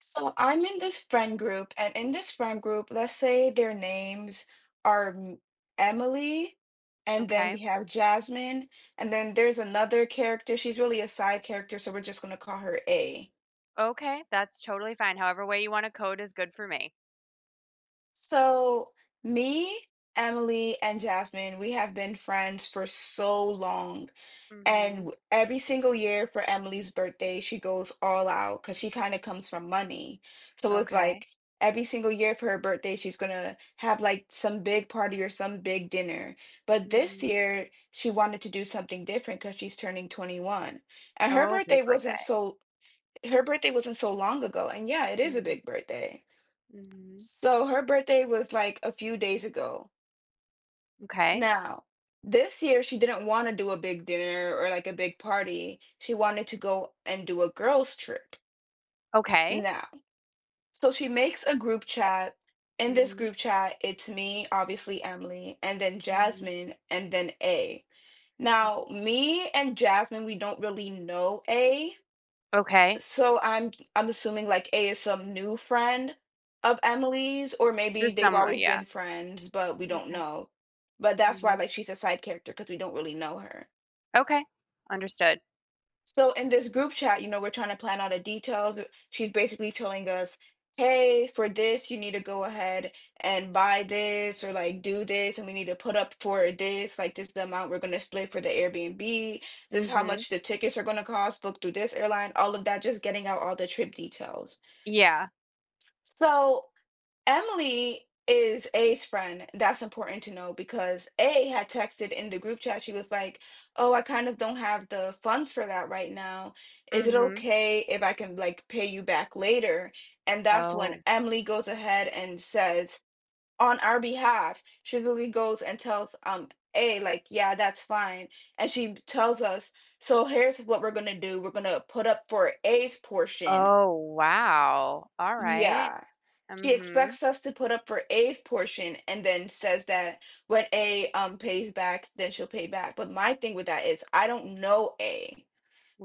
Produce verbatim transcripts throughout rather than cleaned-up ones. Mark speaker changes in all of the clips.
Speaker 1: So I'm in this friend group, and in this friend group, let's say their names are M- Emily, and then
Speaker 2: Okay.
Speaker 1: we have Jasmine, and then there's another character. She's really a side character, so we're just going to call her A.
Speaker 2: Okay, that's totally fine. However way you wanna code is good for me.
Speaker 1: So, me, Emily, and Jasmine, we have been friends for so long. And
Speaker 2: Mhm.
Speaker 1: w- every single year for Emily's birthday, she goes all out because she kind of comes from money. So it's
Speaker 2: Okay.
Speaker 1: like every single year for her birthday, she's gonna have like some big party or some big dinner. But this
Speaker 2: Mhm.
Speaker 1: year, she wanted to do something different because she's turning twenty-one. And her
Speaker 2: Oh, big
Speaker 1: birthday wasn't
Speaker 2: birthday.
Speaker 1: so her birthday wasn't so long ago. And yeah, it is a
Speaker 2: Mhm.
Speaker 1: big birthday.
Speaker 2: Mhm.
Speaker 1: So her birthday was like a few days ago.
Speaker 2: Okay.
Speaker 1: Now, this year she didn't want to do a big dinner or like a big party. She wanted to go and do a girls' trip
Speaker 2: Okay.
Speaker 1: now. So she makes a group chat. In this
Speaker 2: Mhm.
Speaker 1: group chat, it's me, obviously Emily, and then
Speaker 2: Mhm.
Speaker 1: Jasmine, and then A. Now,
Speaker 2: Mhm.
Speaker 1: me and Jasmine, we don't really know A.
Speaker 2: Okay.
Speaker 1: So I'm I'm assuming like A is some new friend of Emily's, or maybe
Speaker 2: Just
Speaker 1: they've
Speaker 2: some, uh,
Speaker 1: always
Speaker 2: yeah.
Speaker 1: been friends, but we don't
Speaker 2: Okay.
Speaker 1: know. But that's why
Speaker 2: Mhm.
Speaker 1: like she's a side character because we don't really know her.
Speaker 2: Okay. Understood.
Speaker 1: So in this group chat, you know, we're trying to plan out the details. She's basically telling us, hey, for this, you need to go ahead and buy this or like do this, and we need to put up for this. Like this is the amount we're gonna split for the Airbnb. This is how
Speaker 2: Mhm.
Speaker 1: much the tickets are gonna cost, book through this airline, all of that, just getting out all the trip details.
Speaker 2: Yeah.
Speaker 1: So Emily is A's friend. That's important to know because A had texted in the group chat. She was like, "Oh, I kind of don't have the funds for that right now. Is it
Speaker 2: Mhm.
Speaker 1: okay if I can like pay you back later?" And that's when
Speaker 2: Oh.
Speaker 1: Emily goes ahead and says, on our behalf, she literally goes and tells um A like, "Yeah, that's fine." And she tells us, "So here's what we're gonna do. We're gonna put up for A's portion."
Speaker 2: Oh, wow. Alright.
Speaker 1: Yeah. She
Speaker 2: Mhm.
Speaker 1: expects us to put up for A's portion and then says that when A um pays back, then she'll pay back. But my thing with that is I don't know A.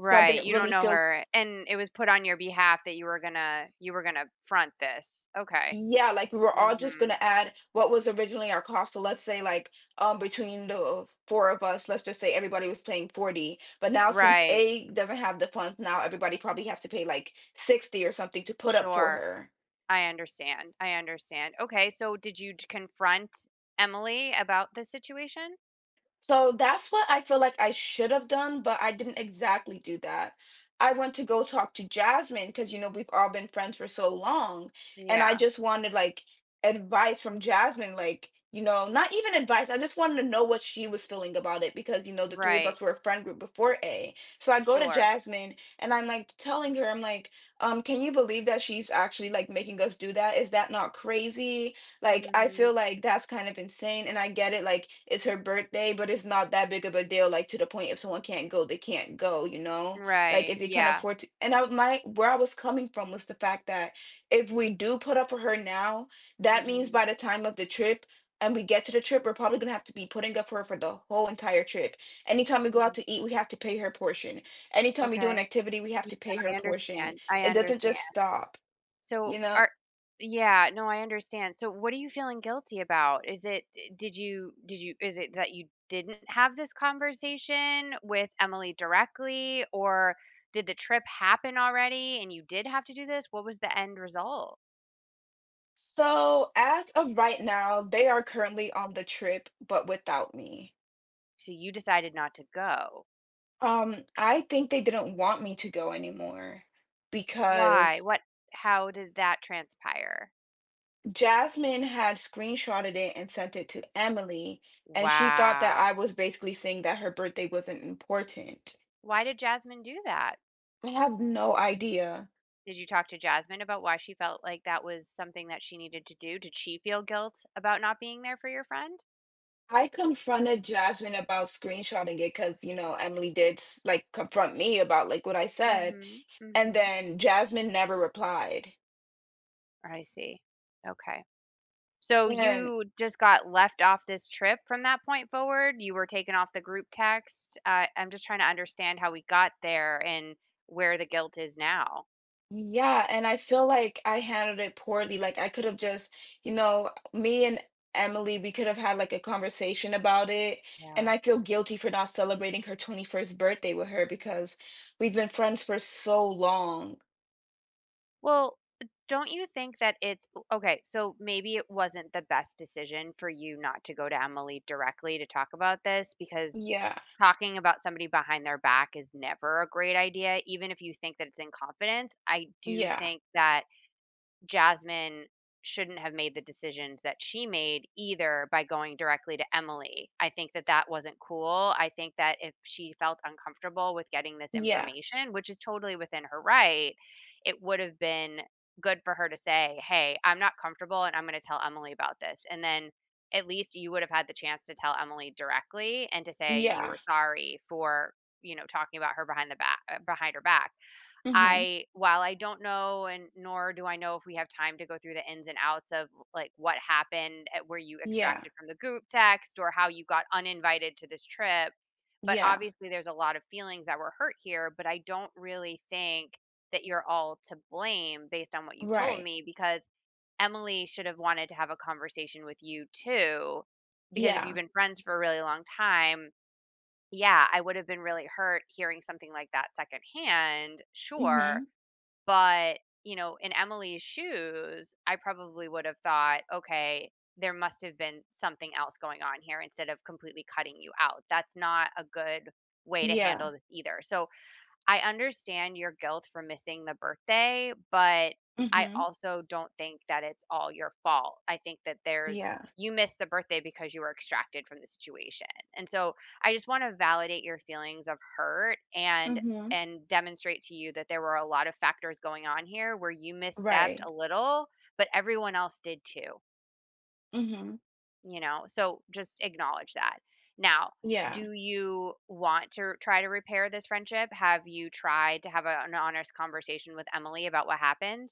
Speaker 1: So I didn't
Speaker 2: you don't
Speaker 1: really
Speaker 2: know
Speaker 1: feel,
Speaker 2: her, and it was put on your behalf that you were gonna you were gonna front this. Okay.
Speaker 1: yeah, like we were all just
Speaker 2: Mhm.
Speaker 1: gonna add what was originally our cost. So let's say like, um between the four of us, let's just say everybody was paying forty. But now since
Speaker 2: Right.
Speaker 1: A doesn't have the funds, now everybody probably has to pay like sixty or something to put up for
Speaker 2: Sure.
Speaker 1: her.
Speaker 2: I understand. I understand. Okay, so did you d confront Emily about the situation?
Speaker 1: So that's what I feel like I should have done, but I didn't exactly do that. I went to go talk to Jasmine because, you know, we've all been friends for so long. And I
Speaker 2: Yeah.
Speaker 1: just wanted like advice from Jasmine, like, you know, not even advice. I just wanted to know what she was feeling about it because, you know, the three of
Speaker 2: Right.
Speaker 1: us were a friend group before A. So I go to
Speaker 2: Sure.
Speaker 1: Jasmine and I'm like telling her, I'm like, um, can you believe that she's actually like making us do that? Is that not crazy? Like, I
Speaker 2: Mhm.
Speaker 1: feel like that's kind of insane, and I get it, like, it's her birthday, but it's not that big of a deal, like, to the point if someone can't go, they can't go, you know? Like,
Speaker 2: Right.
Speaker 1: if they can't
Speaker 2: Yeah.
Speaker 1: afford to. And I my where I was coming from was the fact that if we do put up for her now, that means
Speaker 2: Mhm.
Speaker 1: by the time of the trip, and we get to the trip, we're probably gonna have to be putting up for her for the whole entire trip. Anytime we go out
Speaker 2: Mm.
Speaker 1: to eat, we have to pay her portion. Anytime we do an
Speaker 2: Okay.
Speaker 1: activity, we have
Speaker 2: Yeah,
Speaker 1: to pay
Speaker 2: I
Speaker 1: her portion.
Speaker 2: understand. I
Speaker 1: It doesn't just
Speaker 2: understand.
Speaker 1: stop, you
Speaker 2: So
Speaker 1: know?
Speaker 2: are Yeah, no, I understand. So what are you feeling guilty about? Is it eh, did you did you is it that you didn't have this conversation with Emily directly, or did the trip happen already and you did have to do this? What was the end result?
Speaker 1: So as of right now, they are currently on the trip, but without me.
Speaker 2: So you decided not to go.
Speaker 1: Um, I think they didn't want me to go anymore
Speaker 2: Why?
Speaker 1: because
Speaker 2: What, how did that transpire?
Speaker 1: Jasmine had screenshotted it and sent it to Emily, and she thought that
Speaker 2: Wow.
Speaker 1: I was basically saying that her birthday wasn't important.
Speaker 2: Why did Jasmine do that?
Speaker 1: I have no idea.
Speaker 2: Did you talk to Jasmine about why she felt like that was something that she needed to do? Did she feel guilt about not being there for your friend?
Speaker 1: I confronted Jasmine about screenshotting it because, you know, Emily did s- like confront me about like what I said,
Speaker 2: Mhm,
Speaker 1: and
Speaker 2: mhm.
Speaker 1: then Jasmine never replied.
Speaker 2: I see. Okay. So
Speaker 1: And.
Speaker 2: you just got left off this trip from that point forward? You were taken off the group text? Uh, I'm just trying to understand how we got there and where the guilt is now.
Speaker 1: Yeah, and I feel like I handled it poorly. Like I could have just, you know, me and Emily, we could have had like a conversation about it. And
Speaker 2: Yeah.
Speaker 1: I feel guilty for not celebrating her twenty-first birthday with her because we've been friends for so long.
Speaker 2: Well, don't you think that it's okay? So maybe it wasn't the best decision for you not to go to Emily directly to talk about this, because
Speaker 1: Yeah,
Speaker 2: talking about somebody behind their back is never a great idea, even if you think that it's in confidence. I do
Speaker 1: yeah,
Speaker 2: think that Jasmine shouldn't have made the decisions that she made either by going directly to Emily. I think that that wasn't cool. I think that if she felt uncomfortable with getting this
Speaker 1: yeah,
Speaker 2: information, which is totally within her right, it would have been good for her to say, "Hey, I'm not comfortable and I'm going to tell Emily about this." And then at least you would have had the chance to tell Emily directly and to say you
Speaker 1: yeah.
Speaker 2: were sorry for, you know, talking about her behind the back behind her back.
Speaker 1: Mm-hmm.
Speaker 2: I while I don't know, and nor do I know if we have time to go through the ins and outs of like what happened at where you
Speaker 1: Yeah,
Speaker 2: extracted from the group text or how you got uninvited to this trip, but
Speaker 1: yeah,
Speaker 2: obviously there's a lot of feelings that were hurt here, but I don't really think that you're all to blame based on what you've told
Speaker 1: right.
Speaker 2: me, because Emily should have wanted to have a conversation with you too. Because if you've
Speaker 1: Yeah.
Speaker 2: been friends for a really long time, yeah, I would have been really hurt hearing something like that secondhand, sure,
Speaker 1: Mm-hmm.
Speaker 2: but, you know, in Emily's shoes, I probably would have thought, "Okay, there must have been something else going on here instead of completely cutting you out." That's not a good way to
Speaker 1: Yeah.
Speaker 2: handle this either. So, I understand your guilt for missing the birthday, but I
Speaker 1: Mm-hmm.
Speaker 2: also don't think that it's all your fault. I think that there's,
Speaker 1: Yeah.
Speaker 2: you missed the birthday because you were extracted from the situation. And so I just want to validate your feelings of hurt and
Speaker 1: Mm-hmm.
Speaker 2: and demonstrate to you that there were a lot of factors going on here where you misstepped
Speaker 1: Right.
Speaker 2: a little, but everyone else did too.
Speaker 1: Mm-hmm.
Speaker 2: You know, so just acknowledge that. Now,
Speaker 1: Yeah.
Speaker 2: do you want to try to repair this friendship? Have you tried to have a, an honest conversation with Emily about what happened?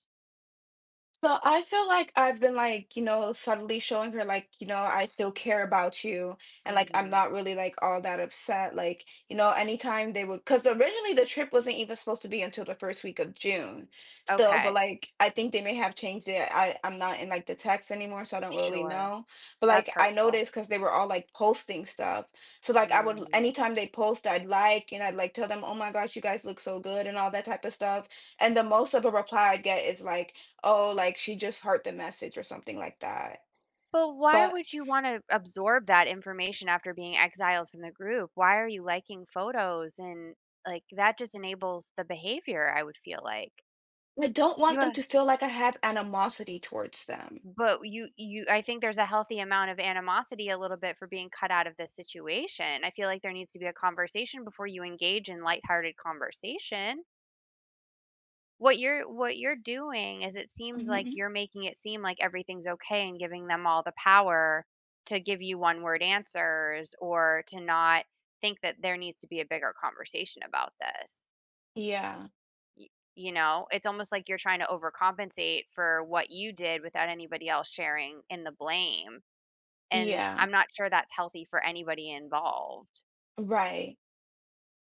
Speaker 1: So I feel like I've been like, you know, subtly showing her like, you know, I still care about you and like I'm
Speaker 2: Hmm.
Speaker 1: not really like all that upset. Like, you know, anytime they would, because originally the trip wasn't even supposed to be until the first week of June. So, but
Speaker 2: Okay,
Speaker 1: like I think they may have changed it. I I'm not in like the text anymore, so I don't really
Speaker 2: sure.
Speaker 1: know. But
Speaker 2: That's
Speaker 1: like I
Speaker 2: hurtful.
Speaker 1: noticed because they were all like posting stuff. So like I would,
Speaker 2: Mm.
Speaker 1: anytime they post, I'd like and I'd like tell them, "Oh my gosh, you guys look so good" and all that type of stuff. And the most of a reply I'd get is like, oh, like she just heard the message or something like that.
Speaker 2: But why
Speaker 1: But
Speaker 2: would you want to absorb that information after being exiled from the group? Why are you liking photos? And like that just enables the behavior, I would feel like.
Speaker 1: I don't
Speaker 2: You,
Speaker 1: want them to feel like I have animosity towards them.
Speaker 2: but you you I think there's a healthy amount of animosity a little bit for being cut out of this situation. I feel like there needs to be a conversation before you engage in lighthearted conversation. What you're what you're doing, is it seems like
Speaker 1: Mhm.
Speaker 2: you're making it seem like everything's okay and giving them all the power to give you one word answers, or to not think that there needs to be a bigger conversation about this.
Speaker 1: Yeah.
Speaker 2: Y- You know, it's almost like you're trying to overcompensate for what you did without anybody else sharing in the blame. And
Speaker 1: Yeah.
Speaker 2: I'm not sure that's healthy for anybody involved,
Speaker 1: Right.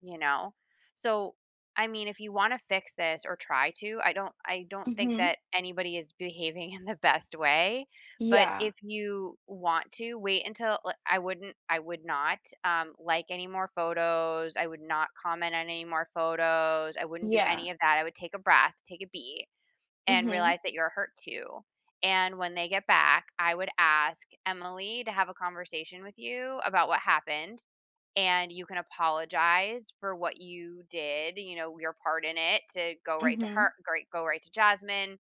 Speaker 2: you know? So, I mean, if you want to fix this or try to, I don't I don't think
Speaker 1: Mhm.
Speaker 2: that anybody is behaving in the best way, but
Speaker 1: Yeah.
Speaker 2: if you want to wait until like, I wouldn't I would not um like any more photos. I would not comment on any more photos. I wouldn't do
Speaker 1: Yeah.
Speaker 2: any of that. I would take a breath, take a beat, and
Speaker 1: Mhm.
Speaker 2: realize that you're hurt too. And when they get back, I would ask Emily to have a conversation with you about what happened. And you can apologize for what you did, you know, your part in it, to go right to her,
Speaker 1: Mhm.
Speaker 2: great, go right to Jasmine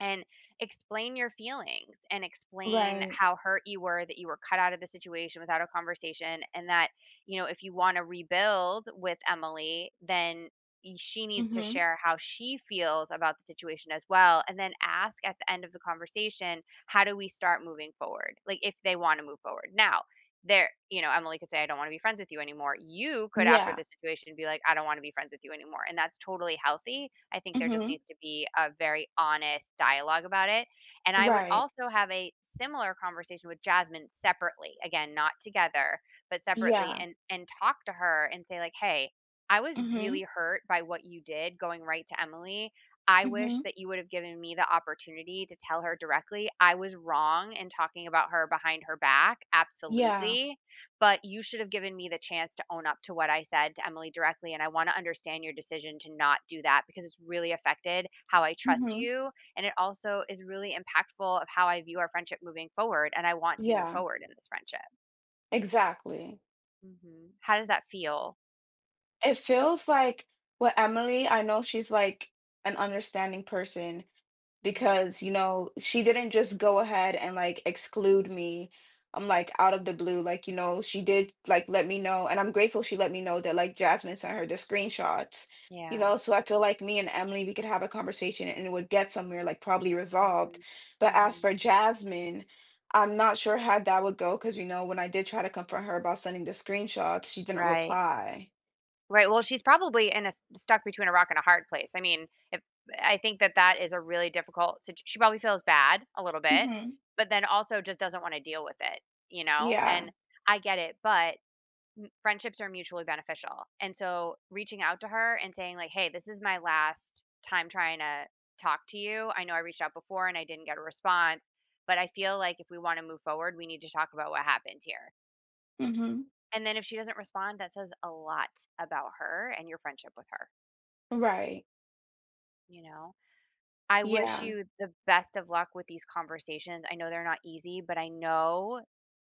Speaker 2: and explain your feelings and explain
Speaker 1: Right.
Speaker 2: how hurt you were that you were cut out of the situation without a conversation. And that, you know, if you want to rebuild with Emily, then y- she needs to
Speaker 1: Mhm.
Speaker 2: share how she feels about the situation as well, and then ask at the end of the conversation, how do we start moving forward? Like if they want to move forward, now there, you know, Emily could say, "I don't wanna be friends with you anymore." You could, after
Speaker 1: Yeah.
Speaker 2: this situation, be like, "I don't wanna be friends with you anymore," and that's totally healthy. I think there just
Speaker 1: Mhm.
Speaker 2: needs to be a very honest dialogue about it, and I would
Speaker 1: Right.
Speaker 2: also have a similar conversation with Jasmine separately, again, not together, but separately,
Speaker 1: Yeah.
Speaker 2: and and talk to her and say like, "Hey, I was
Speaker 1: Mhm.
Speaker 2: really hurt by what you did going right to Emily. I wish
Speaker 1: Mhm.
Speaker 2: that you would have given me the opportunity to tell her directly. I was wrong in talking about her behind her back,
Speaker 1: Yeah.
Speaker 2: absolutely, but you should have given me the chance to own up to what I said to Emily directly, and I wanna understand your decision to not do that, because it's really affected how I trust
Speaker 1: Mhm.
Speaker 2: you, and it also is really impactful of how I view our friendship moving forward, and I want to move
Speaker 1: Yeah.
Speaker 2: forward in this friendship."
Speaker 1: Exactly.
Speaker 2: Mhm. How does that feel?
Speaker 1: It feels like with Emily, I know she's like an understanding person.
Speaker 2: Mhm.
Speaker 1: Because, you know, she didn't just go ahead and, like, exclude me, I'm like, out of the blue, like, you know, she did, like, let me know, and I'm grateful she let me know that, like, Jasmine sent her the screenshots, you
Speaker 2: Yeah.
Speaker 1: know, so I feel like me and Emily, we could have a conversation and it would get somewhere, like, probably resolved.
Speaker 2: Mhm.
Speaker 1: But as
Speaker 2: Mhm.
Speaker 1: for Jasmine, I'm not sure how that would go because, you know, when I did try to confront her about sending the screenshots, she didn't
Speaker 2: Right.
Speaker 1: reply.
Speaker 2: Right, well, she's probably in a s stuck between a rock and a hard place. I mean, if I think that that is a really difficult sit she probably feels bad a little bit,
Speaker 1: Hmm.
Speaker 2: but then also just doesn't wanna deal with it, you know, and
Speaker 1: Yeah.
Speaker 2: I get it, but friendships are mutually beneficial, and so reaching out to her and saying like, "Hey, this is my last time trying to talk to you. I know I reached out before and I didn't get a response, but I feel like if we wanna move forward, we need to talk about what happened here."
Speaker 1: Hmm.
Speaker 2: And then if she doesn't respond, that says a lot about her and your friendship with her.
Speaker 1: Right.
Speaker 2: You know? I wish
Speaker 1: Yeah.
Speaker 2: you the best of luck with these conversations. I know they're not easy, but I know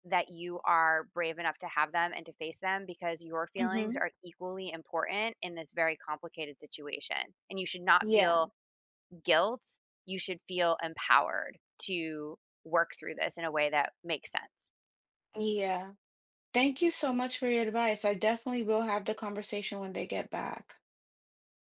Speaker 2: that you are brave enough to have them and to face them, because your feelings
Speaker 1: Hmm.
Speaker 2: are equally important in this very complicated situation. And you should not
Speaker 1: Yeah.
Speaker 2: feel guilt. You should feel empowered to work through this in a way that makes sense.
Speaker 1: Yeah. Thank you so much for your advice. I definitely will have the conversation when they get back.